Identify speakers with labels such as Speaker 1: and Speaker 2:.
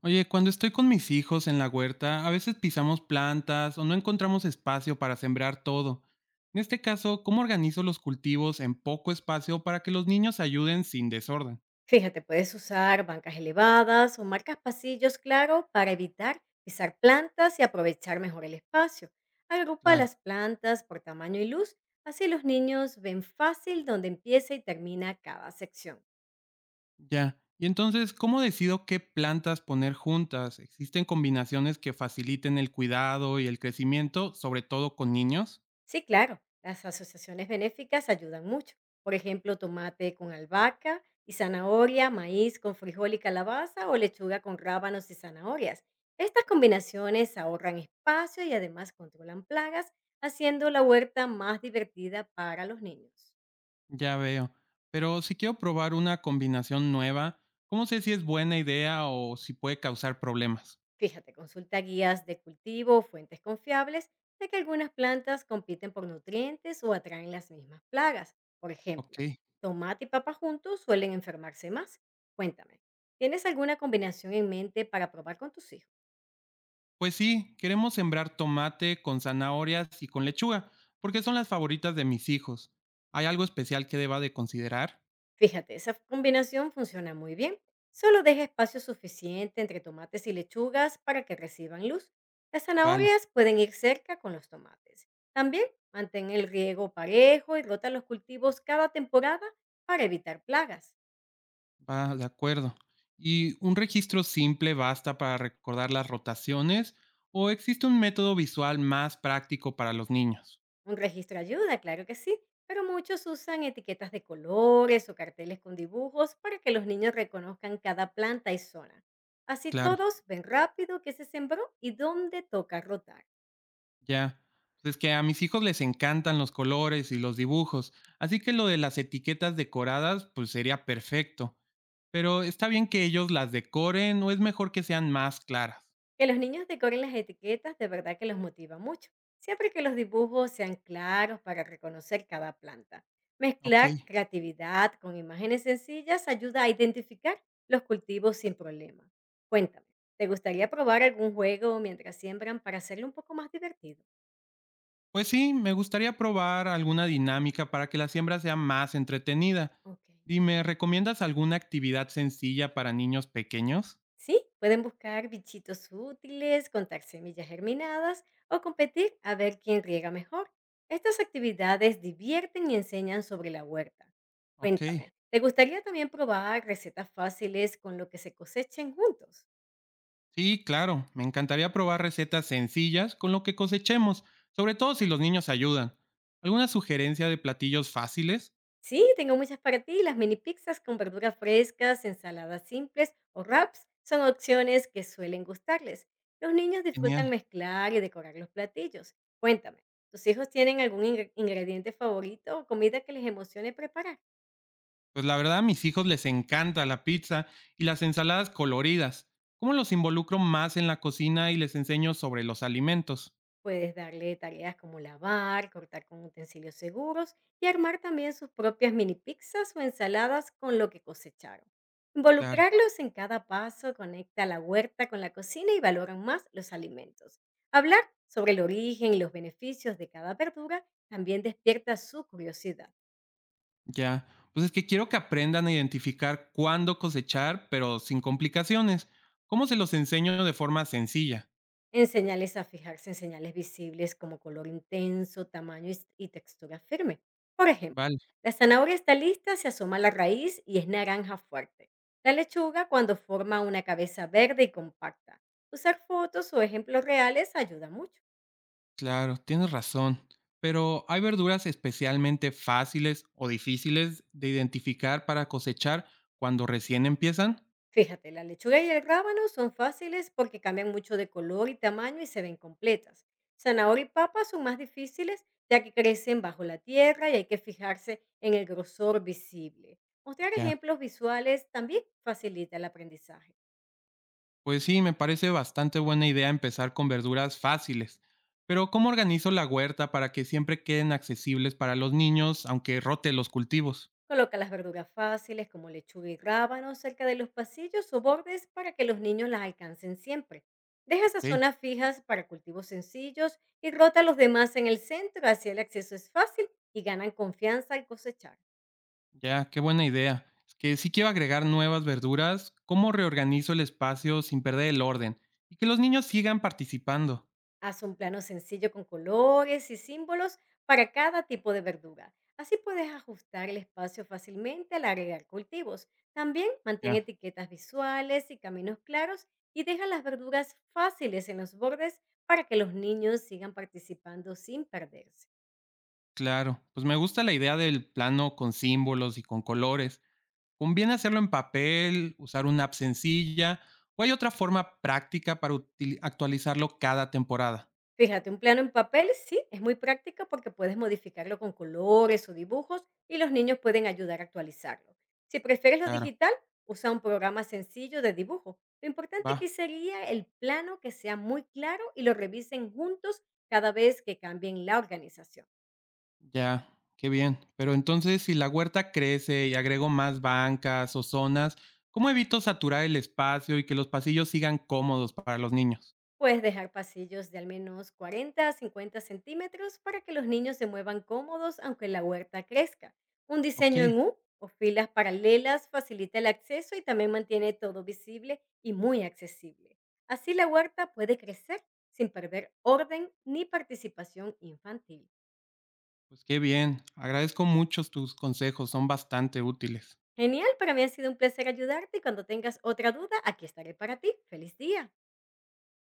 Speaker 1: Oye, cuando estoy con mis hijos en la huerta, a veces pisamos plantas o no encontramos espacio para sembrar todo. En este caso, ¿cómo organizo los cultivos en poco espacio para que los niños ayuden sin desorden?
Speaker 2: Fíjate, puedes usar bancas elevadas o marcas pasillos, claro, para evitar pisar plantas y aprovechar mejor el espacio. Agrupa
Speaker 1: Claro.
Speaker 2: las plantas por tamaño y luz, así los niños ven fácil dónde empieza y termina cada sección.
Speaker 1: Ya. Y entonces, ¿cómo decido qué plantas poner juntas? ¿Existen combinaciones que faciliten el cuidado y el crecimiento, sobre todo con niños?
Speaker 2: Sí, claro, las asociaciones benéficas ayudan mucho. Por ejemplo, tomate con albahaca y zanahoria, maíz con frijol y calabaza o lechuga con rábanos y zanahorias. Estas combinaciones ahorran espacio y además controlan plagas, haciendo la huerta más divertida para los niños.
Speaker 1: Ya veo. Pero si quiero probar una combinación nueva, ¿cómo sé si es buena idea o si puede causar problemas?
Speaker 2: Fíjate, consulta guías de cultivo o fuentes confiables de que algunas plantas compiten por nutrientes o atraen las mismas plagas. Por ejemplo,
Speaker 1: Ok.
Speaker 2: tomate y papa juntos suelen enfermarse más. Cuéntame, ¿tienes alguna combinación en mente para probar con tus hijos?
Speaker 1: Pues sí, queremos sembrar tomate con zanahorias y con lechuga, porque son las favoritas de mis hijos. ¿Hay algo especial que deba de considerar?
Speaker 2: Fíjate, esa combinación funciona muy bien. Solo deja espacio suficiente entre tomates y lechugas para que reciban luz. Las
Speaker 1: Vale,
Speaker 2: zanahorias pueden ir cerca con los tomates. También mantén el riego parejo y rota los cultivos cada temporada para evitar plagas.
Speaker 1: va, de acuerdo. ¿Y un registro simple basta para recordar las rotaciones o existe un método visual más práctico para los niños?
Speaker 2: Un registro ayuda, claro que sí, pero muchos usan etiquetas de colores o carteles con dibujos para que los niños reconozcan cada planta y zona. Así
Speaker 1: Claro,
Speaker 2: todos ven rápido qué se sembró y dónde toca rotar.
Speaker 1: ya. Pues es que a mis hijos les encantan los colores y los dibujos, así que lo de las etiquetas decoradas pues sería perfecto. Pero está bien que ellos las decoren o es mejor que sean más claras.
Speaker 2: Que los niños decoren las etiquetas de verdad que los motiva mucho, siempre que los dibujos sean claros para reconocer cada planta.
Speaker 1: Ok.
Speaker 2: Mezclar creatividad con imágenes sencillas ayuda a identificar los cultivos sin problema. Cuéntame, ¿te gustaría probar algún juego mientras siembran para hacerlo un poco más divertido?
Speaker 1: Pues sí, me gustaría probar alguna dinámica para que la siembra sea más entretenida.
Speaker 2: Ok.
Speaker 1: Dime, ¿recomiendas alguna actividad sencilla para niños pequeños?
Speaker 2: Sí, pueden buscar bichitos útiles, contar semillas germinadas o competir a ver quién riega mejor. Estas actividades divierten y enseñan sobre la huerta.
Speaker 1: Ok.
Speaker 2: Cuéntame, ¿te gustaría también probar recetas fáciles con lo que se cosechen juntos?
Speaker 1: Sí, claro, me encantaría probar recetas sencillas con lo que cosechemos, sobre todo si los niños ayudan. ¿Alguna sugerencia de platillos fáciles?
Speaker 2: Sí, tengo muchas para ti. Las mini pizzas con verduras frescas, ensaladas simples o wraps son opciones que suelen gustarles. Los niños disfrutan
Speaker 1: Genial.
Speaker 2: mezclar y decorar los platillos. Cuéntame, ¿tus hijos tienen algún ingrediente favorito o comida que les emocione preparar?
Speaker 1: Pues la verdad a mis hijos les encanta la pizza y las ensaladas coloridas. ¿Cómo los involucro más en la cocina y les enseño sobre los alimentos?
Speaker 2: Puedes darle tareas como lavar, cortar con utensilios seguros y armar también sus propias mini pizzas o ensaladas con lo que cosecharon.
Speaker 1: Claro,
Speaker 2: Involucrarlos en cada paso conecta la huerta con la cocina y valoran más los alimentos. Hablar sobre el origen y los beneficios de cada verdura también despierta su curiosidad.
Speaker 1: ya. Pues es que quiero que aprendan a identificar cuándo cosechar, pero sin complicaciones. ¿Cómo se los enseño de forma sencilla?
Speaker 2: En señales a fijarse en señales visibles como color intenso, tamaño y textura firme. Por ejemplo,
Speaker 1: Vale,
Speaker 2: la zanahoria está lista, se asoma la raíz y es naranja fuerte. La lechuga cuando forma una cabeza verde y compacta. Usar fotos o ejemplos reales ayuda mucho.
Speaker 1: claro, tienes razón. Pero ¿hay verduras especialmente fáciles o difíciles de identificar para cosechar cuando recién empiezan?
Speaker 2: Fíjate, la lechuga y el rábano son fáciles porque cambian mucho de color y tamaño y se ven completas. Zanahoria y papa son más difíciles ya que crecen bajo la tierra y hay que fijarse en el grosor visible. Mostrar
Speaker 1: Ya.
Speaker 2: ejemplos visuales también facilita el aprendizaje.
Speaker 1: Pues sí, me parece bastante buena idea empezar con verduras fáciles, pero ¿cómo organizo la huerta para que siempre queden accesibles para los niños, aunque rote los cultivos?
Speaker 2: Coloca las verduras fáciles como lechuga y rábano cerca de los pasillos o bordes para que los niños las alcancen siempre. Deja esas
Speaker 1: Ok,
Speaker 2: zonas fijas para cultivos sencillos y rota los demás en el centro, así el acceso es fácil y ganan confianza al cosechar.
Speaker 1: ya, qué buena idea. Es que si quiero agregar nuevas verduras, ¿cómo reorganizo el espacio sin perder el orden y que los niños sigan participando?
Speaker 2: Haz un plano sencillo con colores y símbolos para cada tipo de verdura. Así puedes ajustar el espacio fácilmente al agregar cultivos. También mantén
Speaker 1: Ya,
Speaker 2: etiquetas visuales y caminos claros y deja las verduras fáciles en los bordes para que los niños sigan participando sin perderse.
Speaker 1: claro. Pues me gusta la idea del plano con símbolos y con colores. ¿Conviene hacerlo en papel, usar una app sencilla o hay otra forma práctica para actualizarlo cada temporada?
Speaker 2: Fíjate, un plano en papel sí es muy práctico porque puedes modificarlo con colores o dibujos y los niños pueden ayudar a actualizarlo. Si prefieres lo
Speaker 1: Claro,
Speaker 2: digital, usa un programa sencillo de dibujo. Lo importante
Speaker 1: va,
Speaker 2: aquí sería el plano que sea muy claro y lo revisen juntos cada vez que cambien la organización.
Speaker 1: ya, qué bien. Pero entonces, si la huerta crece y agrego más bancas o zonas, ¿cómo evito saturar el espacio y que los pasillos sigan cómodos para los niños?
Speaker 2: Puedes dejar pasillos de al menos 40 a 50 centímetros para que los niños se muevan cómodos aunque la huerta crezca. Un
Speaker 1: Ok,
Speaker 2: diseño en U o filas paralelas facilita el acceso y también mantiene todo visible y muy accesible. Así la huerta puede crecer sin perder orden ni participación infantil.
Speaker 1: pues qué bien. Agradezco mucho tus consejos, son bastante útiles.
Speaker 2: Genial, para mí ha sido un placer ayudarte y cuando tengas otra duda, aquí estaré para ti. ¡Feliz día!